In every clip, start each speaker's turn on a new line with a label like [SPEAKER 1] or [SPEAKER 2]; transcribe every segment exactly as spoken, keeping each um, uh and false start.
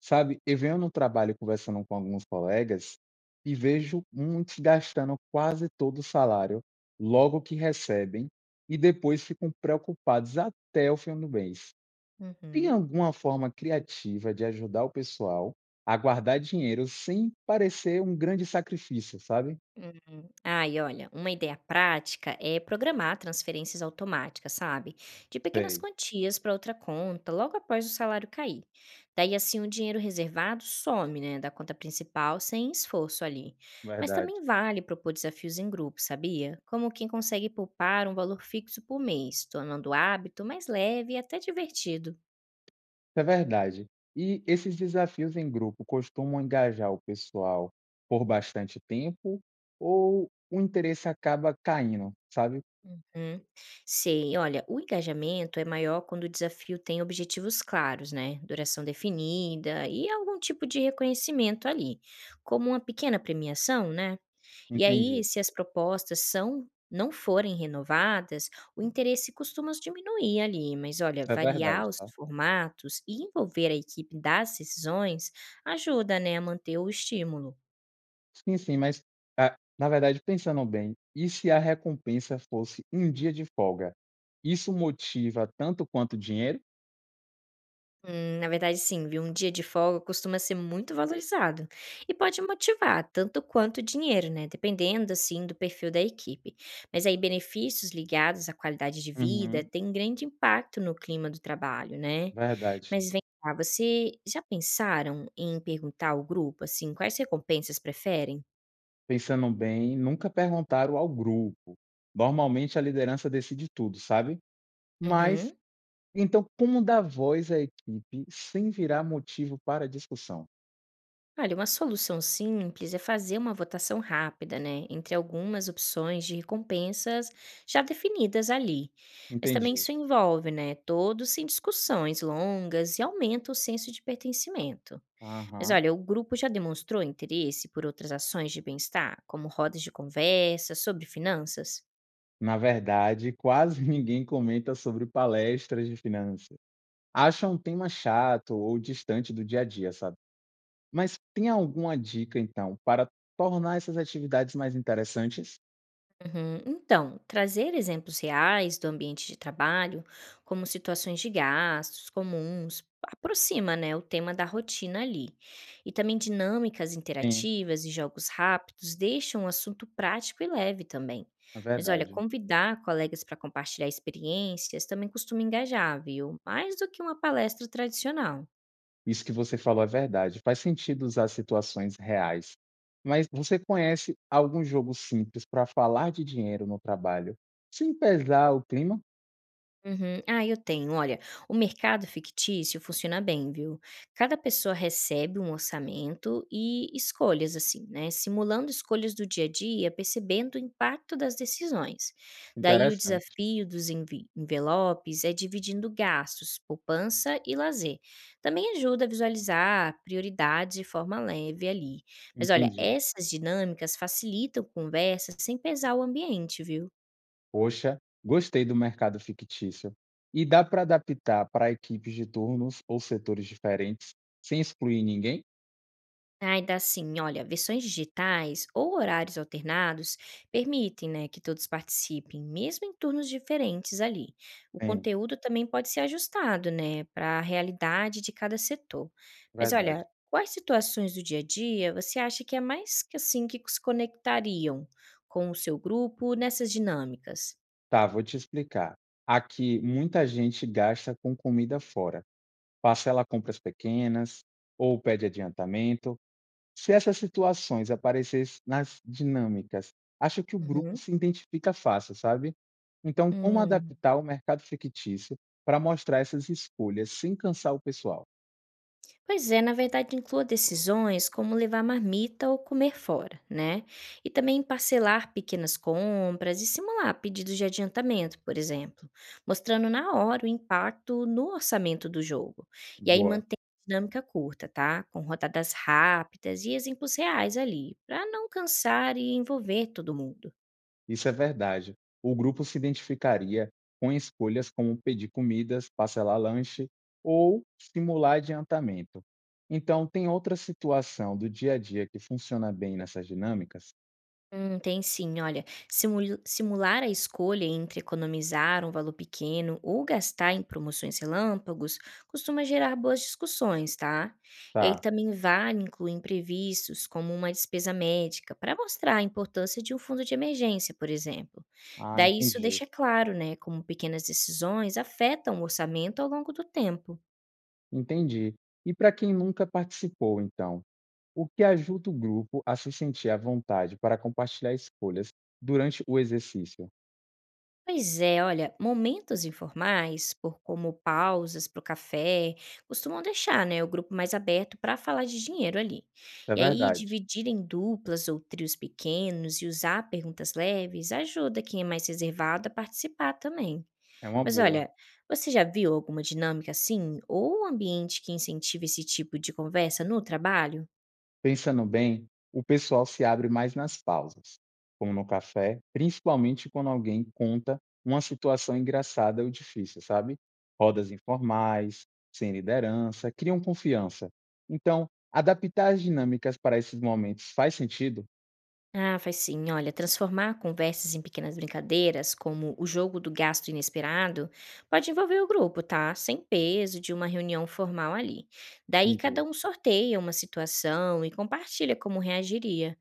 [SPEAKER 1] Sabe, eu venho no trabalho conversando com alguns colegas e vejo muitos gastando quase todo o salário logo que recebem e depois ficam preocupados até o fim do mês. Tem
[SPEAKER 2] Uhum.
[SPEAKER 1] alguma forma criativa de ajudar o pessoal a guardar dinheiro sem parecer um grande sacrifício, sabe?
[SPEAKER 2] Hum. Ah, e olha, uma ideia prática é programar transferências automáticas, sabe? De pequenas
[SPEAKER 1] Sei,
[SPEAKER 2] quantias para outra conta, logo após o salário cair. Daí, assim, o dinheiro reservado some, né, da conta principal sem esforço ali. Mas também
[SPEAKER 1] verdade.
[SPEAKER 2] vale propor desafios em grupo, sabia? Como quem consegue poupar um valor fixo por mês, tornando o hábito mais leve e até divertido.
[SPEAKER 1] É verdade. E esses desafios em grupo costumam engajar o pessoal por bastante tempo ou o interesse acaba caindo, sabe?
[SPEAKER 2] Hum, sei. Olha, o engajamento é maior quando o desafio tem objetivos claros, né? Duração definida e algum tipo de reconhecimento ali, como uma pequena premiação, né? E aí,
[SPEAKER 1] Entendi.
[SPEAKER 2] se as propostas são não forem renovadas, o interesse costuma diminuir ali, mas olha,
[SPEAKER 1] Isso é verdade,
[SPEAKER 2] variar os
[SPEAKER 1] tá?
[SPEAKER 2] formatos e envolver a equipe das decisões ajuda, né, a manter o estímulo.
[SPEAKER 1] Sim, sim, mas ah, na verdade, pensando bem, e se a recompensa fosse um dia de folga? Isso motiva tanto quanto o dinheiro?
[SPEAKER 2] Hum, na verdade, sim, viu? Um dia de folga costuma ser muito valorizado e pode motivar tanto quanto o dinheiro, né? Dependendo, assim, do perfil da equipe. Mas aí, benefícios ligados à qualidade de vida
[SPEAKER 1] Uhum,
[SPEAKER 2] têm grande impacto no clima do trabalho, né?
[SPEAKER 1] verdade.
[SPEAKER 2] Mas vem cá, você já pensaram em perguntar ao grupo, assim, quais recompensas preferem?
[SPEAKER 1] Pensando bem, nunca perguntaram ao grupo. Normalmente a liderança decide tudo, sabe? Mas
[SPEAKER 2] Uhum.
[SPEAKER 1] então, como dar voz à equipe sem virar motivo para discussão?
[SPEAKER 2] Olha, uma solução simples é fazer uma votação rápida, né, entre algumas opções de recompensas já definidas ali. Mas também
[SPEAKER 1] Entendi.
[SPEAKER 2] isso envolve, né, todos sem discussões longas e aumenta o senso de pertencimento. Mas
[SPEAKER 1] Aham.
[SPEAKER 2] olha, o grupo já demonstrou interesse por outras ações de bem-estar, como rodas de conversa sobre finanças?
[SPEAKER 1] Na verdade, quase ninguém comenta sobre palestras de finanças. Acha um tema chato ou distante do dia a dia, sabe? Mas tem alguma dica, então, para tornar essas atividades mais interessantes?
[SPEAKER 2] Uhum. Então, trazer exemplos reais do ambiente de trabalho, como situações de gastos comuns, aproxima, né, o tema da rotina ali. E também dinâmicas
[SPEAKER 1] Sim,
[SPEAKER 2] interativas e jogos rápidos deixam o assunto prático e leve também.
[SPEAKER 1] é
[SPEAKER 2] Mas olha,
[SPEAKER 1] verdade.
[SPEAKER 2] convidar colegas para compartilhar experiências também costuma engajar, viu? Mais do que uma palestra tradicional.
[SPEAKER 1] Isso que você falou é verdade, faz sentido usar situações reais. Mas você conhece algum jogo simples para falar de dinheiro no trabalho, sem pesar o clima?
[SPEAKER 2] Uhum. Ah, eu tenho. Olha, o mercado fictício funciona bem, viu? Cada pessoa recebe um orçamento e escolhas, assim, né? Simulando escolhas do dia a dia, percebendo o impacto das decisões. Daí o
[SPEAKER 1] Interessante,
[SPEAKER 2] desafio dos envi- envelopes é dividindo gastos, poupança e lazer. Também ajuda a visualizar prioridades de forma leve ali. Mas olha,
[SPEAKER 1] entendi.
[SPEAKER 2] essas dinâmicas facilitam conversas sem pesar o ambiente, viu?
[SPEAKER 1] Poxa, gostei do mercado fictício. E dá para adaptar para equipes de turnos ou setores diferentes, sem excluir ninguém?
[SPEAKER 2] Ai, dá sim. Olha, versões digitais ou horários alternados permitem, né, que todos participem, mesmo em turnos diferentes ali. O
[SPEAKER 1] Sim,
[SPEAKER 2] conteúdo também pode ser ajustado, né, para a realidade de cada setor. Mas olha,
[SPEAKER 1] verdade.
[SPEAKER 2] quais situações do dia a dia você acha que é mais que assim que se conectariam com o seu grupo nessas dinâmicas?
[SPEAKER 1] Tá, vou te explicar. Aqui muita gente gasta com comida fora. Parcela compras pequenas ou pede adiantamento. Se essas situações aparecessem nas dinâmicas, acho que o grupo
[SPEAKER 2] Uhum.
[SPEAKER 1] se identifica fácil, sabe? Então, como
[SPEAKER 2] Hum.
[SPEAKER 1] adaptar o mercado fictício para mostrar essas escolhas sem cansar o pessoal?
[SPEAKER 2] Pois é, na verdade, inclua decisões como levar marmita ou comer fora, né? E também parcelar pequenas compras e simular pedidos de adiantamento, por exemplo, mostrando na hora o impacto no orçamento do jogo. E aí
[SPEAKER 1] Boa,
[SPEAKER 2] mantém a dinâmica curta, tá? Com rodadas rápidas e exemplos reais ali, para não cansar e envolver todo mundo.
[SPEAKER 1] isso é verdade. O grupo se identificaria com escolhas como pedir comidas, parcelar lanche ou simular adiantamento. Então, tem outra situação do dia a dia que funciona bem nessas dinâmicas?
[SPEAKER 2] Hum, tem sim, olha, simul- simular a escolha entre economizar um valor pequeno ou gastar em promoções relâmpagos costuma gerar boas discussões, tá? E aí
[SPEAKER 1] Tá.
[SPEAKER 2] também vale incluir imprevistos, como uma despesa médica, para mostrar a importância de um fundo de emergência, por exemplo.
[SPEAKER 1] Ah,
[SPEAKER 2] Daí isso
[SPEAKER 1] entendi.
[SPEAKER 2] deixa claro, né, como pequenas decisões afetam o orçamento ao longo do tempo.
[SPEAKER 1] Entendi. E para quem nunca participou, então, o que ajuda o grupo a se sentir à vontade para compartilhar escolhas durante o exercício?
[SPEAKER 2] Pois é, olha, momentos informais, por como pausas para o café, costumam deixar, né, o grupo mais aberto para falar de dinheiro ali.
[SPEAKER 1] É
[SPEAKER 2] E aí,
[SPEAKER 1] verdade,
[SPEAKER 2] dividir em duplas ou trios pequenos e usar perguntas leves ajuda quem é mais reservado a participar também.
[SPEAKER 1] é uma
[SPEAKER 2] Mas
[SPEAKER 1] boa.
[SPEAKER 2] olha, você já viu alguma dinâmica assim? Ou um ambiente que incentiva esse tipo de conversa no trabalho?
[SPEAKER 1] Pensando bem, o pessoal se abre mais nas pausas, como no café, principalmente quando alguém conta uma situação engraçada ou difícil, sabe? Rodas informais, sem liderança, criam confiança. Então, adaptar as dinâmicas para esses momentos faz sentido?
[SPEAKER 2] Ah, faz sim. Olha, transformar conversas em pequenas brincadeiras, como o jogo do gasto inesperado, pode envolver o grupo, tá? Sem peso de uma reunião formal ali. Daí cada
[SPEAKER 1] Entendi.
[SPEAKER 2] um sorteia uma situação e compartilha como reagiria.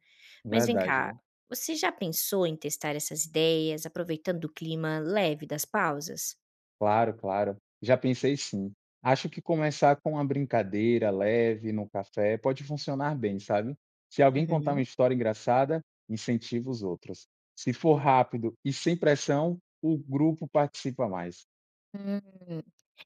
[SPEAKER 2] Mas vem
[SPEAKER 1] Verdade.
[SPEAKER 2] cá, você já pensou em testar essas ideias, aproveitando o clima leve das pausas?
[SPEAKER 1] Claro, claro. Já pensei sim. Acho que começar com uma brincadeira leve no café pode funcionar bem, sabe? Se alguém contar uma
[SPEAKER 2] Uhum.
[SPEAKER 1] história engraçada, incentiva os outros. Se for rápido e sem pressão, o grupo participa mais.
[SPEAKER 2] Hum.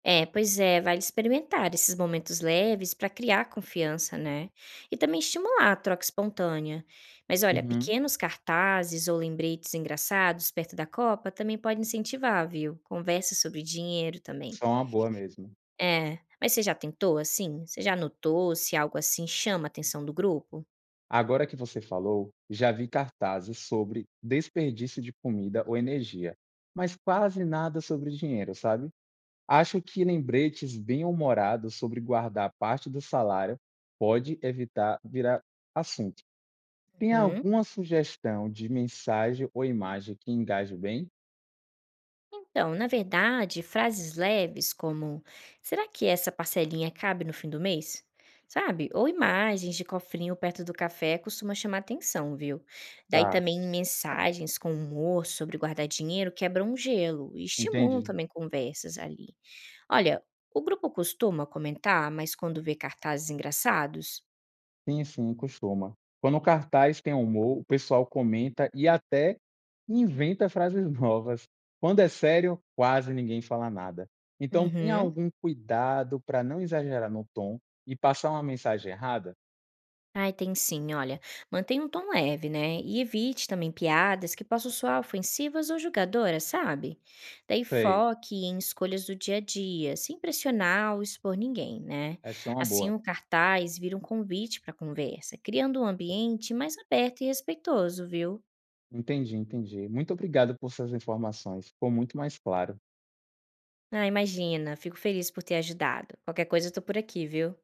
[SPEAKER 2] É, pois é, vale experimentar esses momentos leves para criar confiança, né? E também estimular a troca espontânea. Mas olha,
[SPEAKER 1] Uhum.
[SPEAKER 2] pequenos cartazes ou lembretes engraçados perto da copa também podem incentivar, viu? Conversa sobre dinheiro também.
[SPEAKER 1] Isso é uma boa mesmo.
[SPEAKER 2] É, mas você já tentou assim? Você já notou se algo assim chama a atenção do grupo?
[SPEAKER 1] Agora que você falou, já vi cartazes sobre desperdício de comida ou energia, mas quase nada sobre dinheiro, sabe? Acho que lembretes bem-humorados sobre guardar parte do salário pode evitar virar assunto. Tem
[SPEAKER 2] Uhum.
[SPEAKER 1] alguma sugestão de mensagem ou imagem que engaje bem?
[SPEAKER 2] Então, na verdade, frases leves como será que essa parcelinha cabe no fim do mês? Sabe? Ou imagens de cofrinho perto do café costuma chamar atenção, viu? Daí
[SPEAKER 1] Tá,
[SPEAKER 2] também mensagens com humor sobre guardar dinheiro quebram o gelo e estimulam
[SPEAKER 1] entendi.
[SPEAKER 2] também conversas ali. Olha, o grupo costuma comentar, mas quando vê cartazes engraçados?
[SPEAKER 1] Sim, sim, costuma. Quando o cartaz tem humor, o pessoal comenta e até inventa frases novas. Quando é sério, quase ninguém fala nada. Então, tem
[SPEAKER 2] Uhum.
[SPEAKER 1] algum cuidado para não exagerar no tom e passar uma mensagem errada?
[SPEAKER 2] Ai, tem sim, olha. Mantenha um tom leve, né? E evite também piadas que possam soar ofensivas ou julgadoras, sabe? Daí
[SPEAKER 1] Sei,
[SPEAKER 2] foque em escolhas do dia a dia, sem pressionar ou expor ninguém, né?
[SPEAKER 1] essa é uma
[SPEAKER 2] Assim,
[SPEAKER 1] boa.
[SPEAKER 2] o cartaz vira um convite para conversa, criando um ambiente mais aberto e respeitoso, viu?
[SPEAKER 1] Entendi, entendi. Muito obrigado por suas informações, ficou muito mais claro.
[SPEAKER 2] Ah, imagina, fico feliz por ter ajudado. Qualquer coisa eu tô por aqui, viu?